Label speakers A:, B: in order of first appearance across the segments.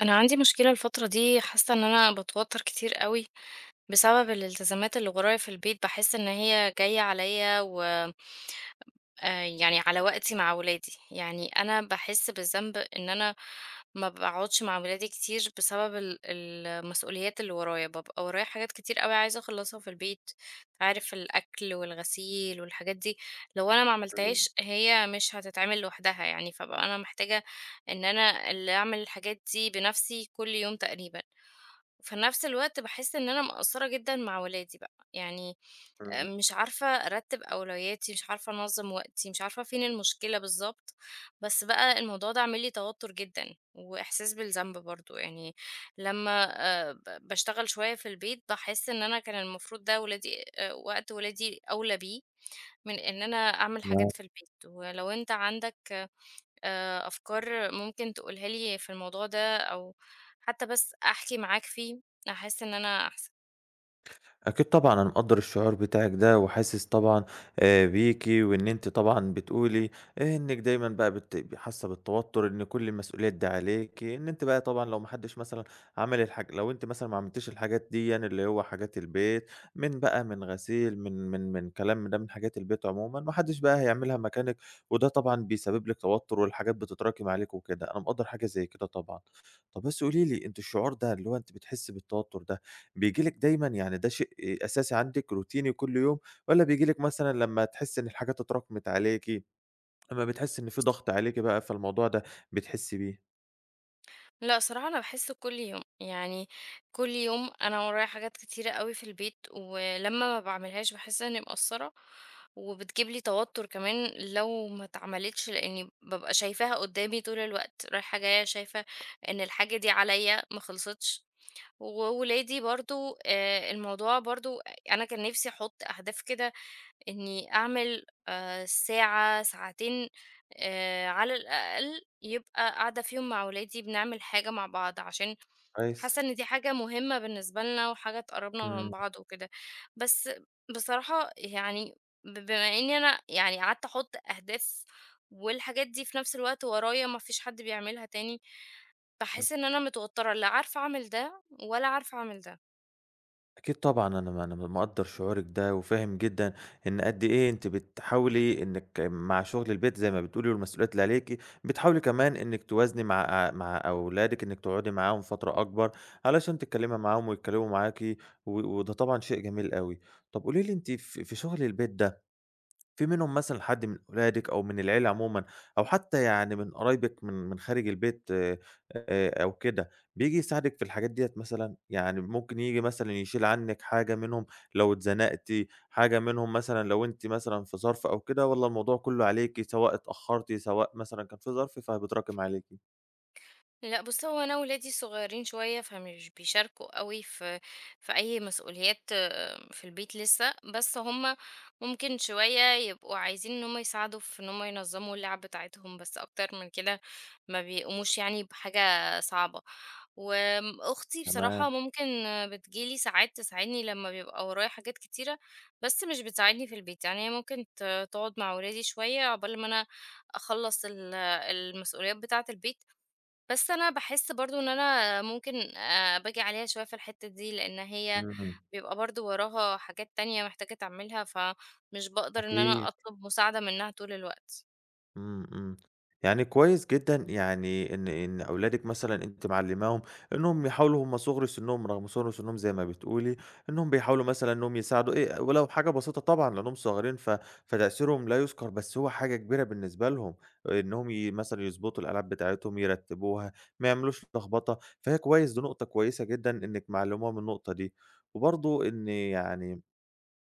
A: انا عندي مشكله الفتره دي حاسه ان انا بتوتر كتير قوي بسبب الالتزامات اللي ورايا في البيت بحس ان هي جايه عليا يعني على وقتي مع ولادي، يعني أنا باحس بالذنب إن أنا ما باقعدش مع ولادي كتير بسبب المسؤوليات اللي ورايا، بابقى ورايا حاجات كتير أوي عايزة أخلّصها في البيت، عارف الأكل والغسيل والحاجات دي، لو أنا ما
B: إمم،
A: عملتهاش هي مش هتتعمل لوحدها يعني، فابقى أنا محتاجة إن أنا اللي أعمل الحاجات دي بنفسي كل يوم تقريبًا، وفي نفس الوقت باحس إن أنا مقصّرة جدًا مع ولادي بقى، يعني
B: إمم،
A: مش عارفة أرتّب أولوياتي، مش عارفة أنظّم وقتي، مش عارفة فين المشكلة بالضبط، بس بقى الموضوع ده عامل لي توتر جدًا، وإحساس بالذنب برضه، يعني لمّا ب باشتغل شوية في البيت باحس إن أنا كان المفروض ده ولادي وقت ولادي أولى بيه من إن أنا أعمل حاجات
B: ما
A: في البيت، ولو أنت عندك أفكار ممكن تقولها لي في الموضوع ده أو حتى بس أحكي معاك فيه، هاحس إن أنا أحسن.
B: أكيد طبعًا أنا مقدّر الشعور بتاعِك ده، وحاسس طبعًا بيكِ، وإن أنتِ طبعًا بتقولي إنِّك دايمًا بقى حاسة بالتوتر، إن كل المسؤوليات دي عليكِ، إن أنتِ بقى طبعًا لو ما حدش مثلًا عمل الحاج لو أنتِ مثلًا ما عملتيش الحاجات ديًا اللي هو حاجات البيت، من بقى من غسيل، من كلام ده من حاجات البيت عمومًا، ما حدش بقى هيعملها مكانِك، وده طبعًا بيسبب لِك توتر، والحاجات بتتراكم عليكِ وكده، أنا مقدّر حاجة زي كده طبعًا. طَب بس قولي لي أنتِ الشعور ده اللي هو أنتِ بتحسي بالتوتر ده، بييجي لِك دايمًا يعني ده شيء أساسي عندِك روتيني كل يوم، والّا بييجي لِك مثلًا لمّا تحسّي إن الحاجات اتراكمت عليكِ، لمّا بتحسّي إن في ضغط عليكِ بقى فالموضوع ده بتحسّي بيه؟
A: لأ، صراحة أنا باحس كل يوم، يعني كل يوم أنا ورايا حاجات كتيرة أوي في البيت، ولمّا ما باعملهاش باحس إني مقصّرة، وبتجيب لي توتر كمان لو ما اتعملتش، لإني بابقى شايفاها قدّامي طول الوقت، رايحة جاية شايفة إن الحاجة دي عليَّ ما خلصتش، وولادي برضه الموضوع برضه أنا كان نفسي أحط أهداف كده إني أعمل ساعة، ساعتين على الأقل يبقى قاعدة فيهم مع ولادي بنعمل حاجة مع بعض، عشان
B: كويس،
A: حاسة إن دي حاجة مهمة بالنسبة لنا وحاجة
B: إمم،
A: تقرّبنا من
B: إمم.
A: بعض وكده. بس بصراحة يعني بما إني أنا يعني قعدت أحُط أهداف والحاجات دي في نفس الوقت ورايا ما فيش حد بيعملها تاني، باحس إن أنا متوتّرة، لا عارفة أعمل ده ولا عارفة أعمل ده.
B: أكيد طبعًا، أنا مقدّر شعورِك ده، وفاهم جدًا إن قد إيه أنتِ بتحاولي إنِّك مع شغل البيت زي ما بتقولي والمسؤوليات اللي عليكِ، بتحاولي كمان إنِّك توازني مع مع أولادِك، إنِّك تقعدي معاهم فترة أكبر علشان تتكلّمي معاهم ويتكلّموا معاكِ، وده طبعًا شيء جميل أوي. طَب قولي لي أنتِ في شغل البيت ده في منهم مثلًا حد من ولادِك أو من العيلة عمومًا أو حتى يعني من قرايبِك من خارج البيت أو كده، بييجي يساعدِك في الحاجات ديّة مثلًا؟ يعني ممكن ييجي مثلًا يشيل عنِّك حاجة منهم لو اتزنقتِ، حاجة منهم مثلًا لو أنتِ مثلًا في ظرف أو كده والّا الموضوع كُلّه عليكِ سواء اتأخّرتِ، سواء مثلًا كان في ظرف فبيتراكم عليكِ؟
A: لأ بُص، هو أنا ولادي صغيرين شوية، فمش بيشاركوا أوي في أي مسؤوليات آه، في البيت لسه، بس هُم ممكن شوية يبقوا عايزين إن هُم يساعدوا في إن هُم ينظموا اللعب بتاعتهم، بس أكتر من كده ما بيقوموش يعني بحاجة صعبة. أختي بصراحة
B: تمام،
A: ممكن بتيجي لي ساعات تساعدني لمّا بيبقى ورايا حاجات كتيرة، بس مش بتساعدني في البيت، يعني هي ممكن تقعد مع ولادي شوية عقبال ما أنا أخلّص المسؤوليات بتاعة البيت. بس أنا باحس برضه إن أنا ممكن باجي عليها شوية في الحتّة دي، لإن هي
B: إمم،
A: بيبقى برضه وراها حاجات تانية محتاجة تعملها، فمش باقدر إن أنا
B: أكيد.
A: أطلب مساعدة منها طول الوقت.
B: إمم، إمم. يعني كويس جدًا يعني إن أولادِك مثلًا أنتِ معلّماهم إنّهم يحاولوا هُم صُغر سِنّهم رغم صُغر سِنّهم زي ما بتقولي، إنّهم بيحاولوا مثلًا إنّهم يساعدوا إيه ولو حاجة بسيطة طبعًا لإنّهم صغيرين فتأثيرهم لا يُذكر، بس هو حاجة كبيرة بالنسبة لهم، إنّهم مثلًا يضبطوا الألعاب بتاعتهم، يرتّبوها، ما يعملوش لخبطة، فهي كويس دي نقطة كويسة جدًا إنِّك معلّماهم النقطة دي. وبرضه إن يعني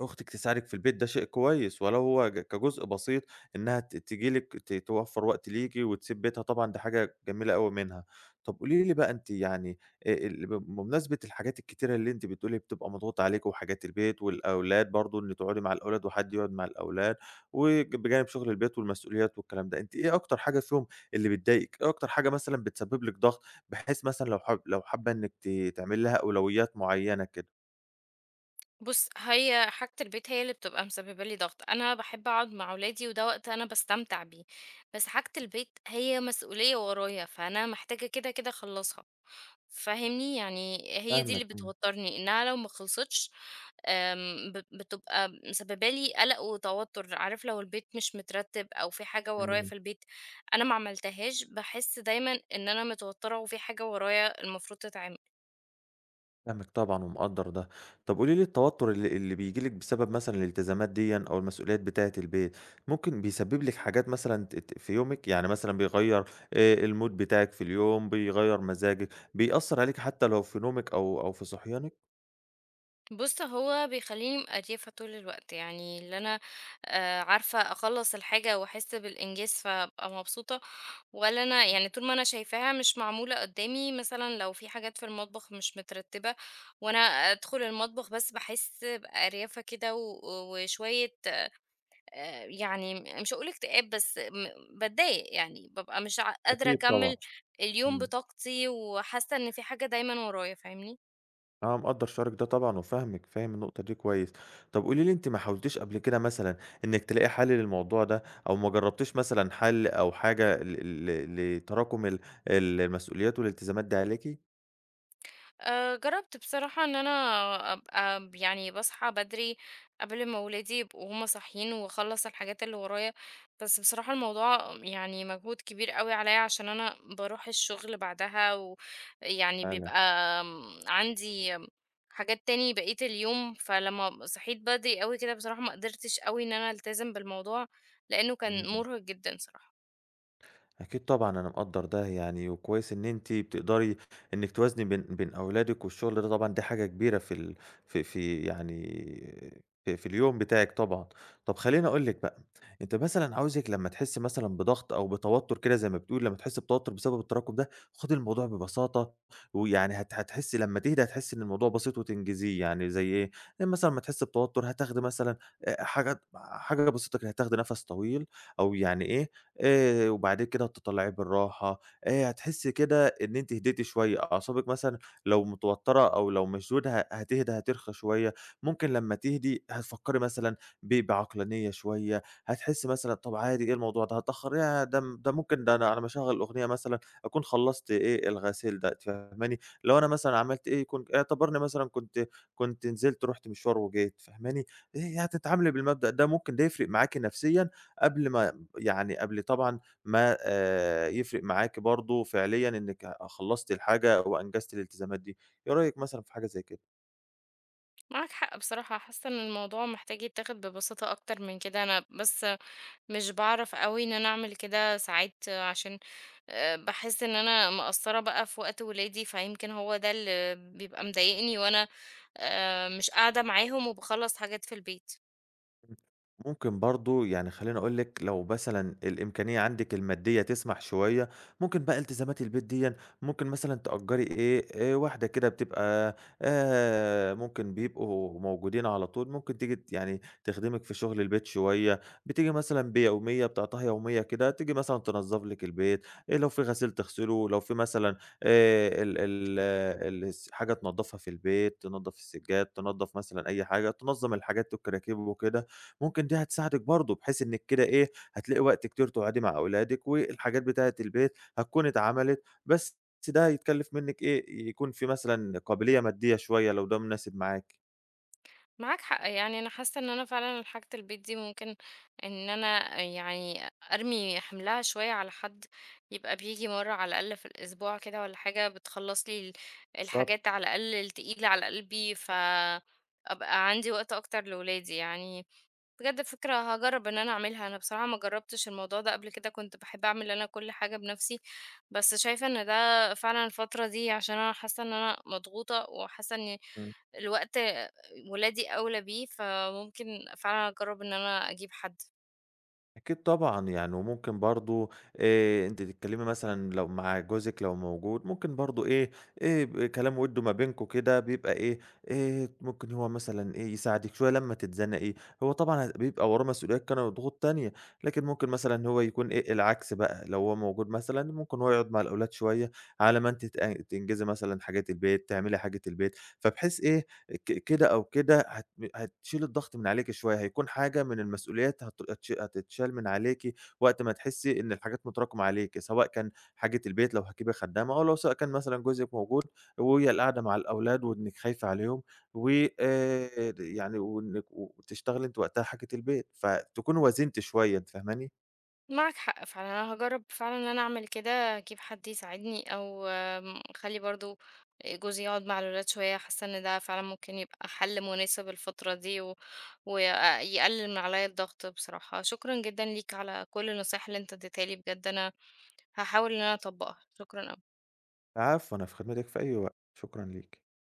B: أختِك تساعدِك في البيت ده شيء كويس، ولو هو كجزء بسيط إنها تيجي لِك توفّر وقت ليكِ وتسيب بيتها طبعًا دي حاجة جميلة أوي منها. طَب قولي لي بقى أنتِ يعني بمناسبة الحاجات الكتيرة اللي أنتِ بتقولي بتبقى مضغوطة عليكِ وحاجات البيت والأولاد برضه إن تقعدي مع الأولاد وحد يقعد مع الأولاد، بجانب شغل البيت والمسؤوليات والكلام ده، أنتِ إيه أكتر حاجة فيهم اللي بتضايقِك؟ إيه أكتر حاجة مثلًا بتسبب لِك ضغط، بحيث مثلًا لو حابة إنِّك تعملي لها أولويات معيّنة كده؟
A: بُص، هي حاجة البيت هي اللي بتبقى مسببة لي ضغط، أنا باحب أقعد مع ولادي وده وقت أنا باستمتع بيه، بس حاجة البيت هي مسؤولية ورايا، فأنا محتاجة كده، كده أخلّصها، فاهمني؟ يعني هي دي اللي
B: فاهمِك، إمم،
A: بتوتّرني، إنها لو ما خلصتش آمم، ب بتبقى مسببة لي قلق وتوتر، عارف لو البيت مش مترتب أو في حاجة ورايا في
B: إمم.
A: البيت أنا ما عملتهاش، باحس دايمًا إن أنا متوترة وفي حاجة ورايا المفروض تتعمل.
B: فاهمِك طبعًا ومقدّر ده. طب قولي لي التوتر اللي بييجي لِك بسبب مثلًا الالتزامات ديًا أو المسؤوليات بتاعة البيت، ممكن بيسبب لِك حاجات مثلًا ت ت في يومِك؟ يعني مثلًا بيغيّر الmood بتاعِك في اليوم، بيغيّر مزاجِك، بيأثّر عليكِ حتى لو في نومِك أو في صحيانِك؟
A: بُص، هو بيخلّيني مقريفة طول الوقت، يعني اللي أنا عارفة أخلّص الحاجة وأحس بالإنجاز فابقى مبسوطة، ولا أنا يعني طول ما أنا شايفاها مش معمولة قدّامي، مثلًا لو في حاجات في المطبخ مش مترتبة وأنا أدخل المطبخ بس باحس بأريافة كده و وشوية يعني مش هاقول اكتئاب، بس م باتضايق يعني، بابقى مش قادرة
B: أكيد
A: أكمّل
B: طبعًا.
A: اليوم
B: إمم.
A: بطاقتي وحاسة إن في حاجة دايمًا ورايا، فاهمني؟
B: أنا مقدّر شعورِك ده طبعًا وفاهمِك، فاهم النقطة دي كويس. طب قولي لي أنتِ ما حاولتيش قبل كده مثلًا إنِّك تلاقي حل للموضوع ده أو ما جرّبتيش مثلًا حل أو حاجة ل ل لتراكُم المسؤوليات والالتزامات دي عليكِ؟
A: جرّبت بصراحة إن أنا أبقى ب يعني باصحى بدري قبل ما ولادي يبقوا هُم صاحيين، وأخلّص الحاجات اللي ورايا، بس بصراحة الموضوع يعني مجهود كبير أوي عليَّ عشان أنا باروح الشغل بعدها، ويعني
B: فعلًا،
A: بيبقى آمم، عندي آمم، حاجات تاني بقية اليوم، فلمّا صحيت بدري أوي كده بصراحة ما قدرتش أوي إن أنا ألتزم بالموضوع، لإنه كان
B: إمم.
A: مُرهق جدًا صراحة.
B: أكيد طبعًا أنا مقدّر ده يعني، وكويس إن أنتِ بتقدري إنِّك توازني بين أولادِك والشغل ده طبعًا دي حاجة كبيرة في في في يعني في اليوم بتاعِك طبعًا. طَب خلّيني أقول لِك بقى، أنتِ مثلًا عاوزِك لمّا تحسّي مثلًا بضغط أو بتوتُّر كده زي ما بتقولي، لمّا تحسّي بتوتُّر بسبب التراكُم ده، خُدي الموضوع ببساطة، ويعني هتحسّي لمّا تهدى هتحسّي إن الموضوع بسيط وتنجزيه. يعني زي إيه، يعني مثلًا لمّا تحسّي بتوتُّر هتاخدي مثلًا حاجة بسيطة كده، هتاخدي نَفَس طويل أو يعني إيه، وبعد كده هتطلّعيه بالراحة، هتحسّي كده إن أنتِ هديتِ شوية، أعصابِك مثلًا لو متوتّرة أو لو مشدودة هتهدى هترخى شوية، ممكن لمّا تهدي هتفكّري مثلًا بعقلانية شوية، هتحسّي مثلًا طَب عادي إيه الموضوع ده هتأخّر ياه! ده ممكن ده أنا على ما أشغّل أغنية مثلًا أكون خلّصت إيه الغسيل ده، أنتِ فاهماني؟ لو أنا مثلًا عملت إيه يكون اعتبرني مثلًا كنت نزلت رُحت مشوار وجيت، فاهماني؟ هتتعاملي بالمبدأ ده ممكن ده يفرق معاكِ نفسيًا قبل ما يعني قبل طبعًا ما يفرق معاكِ برضه فعليًا إنِّك خلّصتِ الحاجة وأنجزتِ الالتزامات دي، إيه رأيِك مثلًا في حاجة زي كده؟
A: معاك حق بصراحة، حاسة إن الموضوع محتاج يتاخد ببساطة أكتر من كده، أنا بس مش باعرف أوي إن أنا أعمل كده ساعات عشان باحس إن أنا مقصّرة بقى في وقت ولادي، فيمكن هو ده اللي بيبقى مضايقني وأنا مش قاعدة معاهم وباخلّص حاجات في البيت.
B: إمم. ممكن برضه يعني خلّيني أقول لِك لو مثلًا الإمكانية عندِك المادية تسمح شوية، ممكن بقى التزامات البيت ديًّا ممكن مثلًا تأجّري إيه، واحدة كده بتبقى ممكن بيبقوا موجودين على طول، ممكن تيجي يعني تخدمِك في شغل البيت شوية، بتيجي مثلًا بيومية بتاعتها يومية كده، تيجي مثلًا تنضّف لِك البيت، لو في غسيل تغسله، لو في مثلًا ال ال ال الس حاجة تنضّفها في البيت، تنضّف السجاد، تنضّف مثلًا أي حاجة، تنظّم الحاجات والكراكيب وكده. ممكن دي هتساعدِك برضه، بحيث إنِّك كده إيه، هتلاقي وقت كتير تقعدي مع أولادِك، والحاجات بتاعة البيت هتكون اتعملت، بس ده هيتكلّف منِّك إيه، يكون في مثلًا قابلية مادية شوية لو ده مناسب معاكِ.
A: معاك حق، يعني أنا حاسة إن أنا فعلًا حاجة البيت دي ممكن إن أنا يعني أرمي حِملها شوية على حد يبقى بييجي مرّة على الأقل في الأسبوع كده والّا حاجة بتخلّص لي
B: بالضبط.
A: الحاجات على الأقل التقيلة على قلبي، فأبقى عندي وقت أكتر لولادي يعني بجد فكرة هاجرّب إن أنا أعملها، أنا بصراحة ما جرّبتش الموضوع ده قبل كده، كنت باحب أعمل أنا كل حاجة بنَفْسي، بس شايفة إن ده فعلًا الفترة دي عشان أنا حاسة إن أنا مضغوطة وحاسة إن الوقت ولادي أولى بيه، فممكن فعلًا أجرّب إن أنا أجيب حد.
B: أكيد طبعًا، يعني وممكن برضه أنتِ تتكلمي مثلًا لو مع جوزِك لو موجود، ممكن برضه إيه، إيه ب كلام وِدّه ما بينكم كده بيبقى إيه، ممكن هو مثلًا إيه، يساعدِك شوية لمّا تتزنقي، هو طبعًا بيبقى وراه مسؤوليات كده وضغوط تانية، لكن ممكن مثلًا هو يكون إيه، العكس بقى، لو هو موجود مثلًا ممكن هو يقعد مع الأولاد شوية على ما أنتِ تنجزي مثلًا حاجات البيت، تعملي حاجة البيت، فبحيث إيه، كده أو كده هتشيل الضغط من عليكِ شوية، هيكون حاجة من المسؤوليات هت هتش هتتشال من عليكِ وقت ما تحسي إن الحاجات متراكمة عليكِ، سواء كان حاجة البيت لو هتجيبي خدامة، أو لو سواء كان مثلًا جوزِك موجود وهي القعدة مع الأولاد وإنِّك خايفة عليهم، و يعني وتشتغلي أنتِ وقتها حاجة البيت، فتكوني وازنتِ شوية أنتِ فاهماني؟
A: معاك حق فعلًا، أنا هاجرّب فعلًا إن أنا أعمل كده، أجيب حد يساعدني أو أخلّي برضه جوزي يقعد مع الولاد شوية، حاسة إن ده فعلًا ممكن يبقى حل مناسب الفترة دي و ويقلل من عليَّ الضغط بصراحة. شكرًا جدًا ليك على كل النصايح اللي أنت اديتها لي، بجد أنا هاحاول إن أنا أطبّقها. شكرًا أوي.
B: العفو، أنا في خدمتِك في أي وقت، شكرًا ليكِ.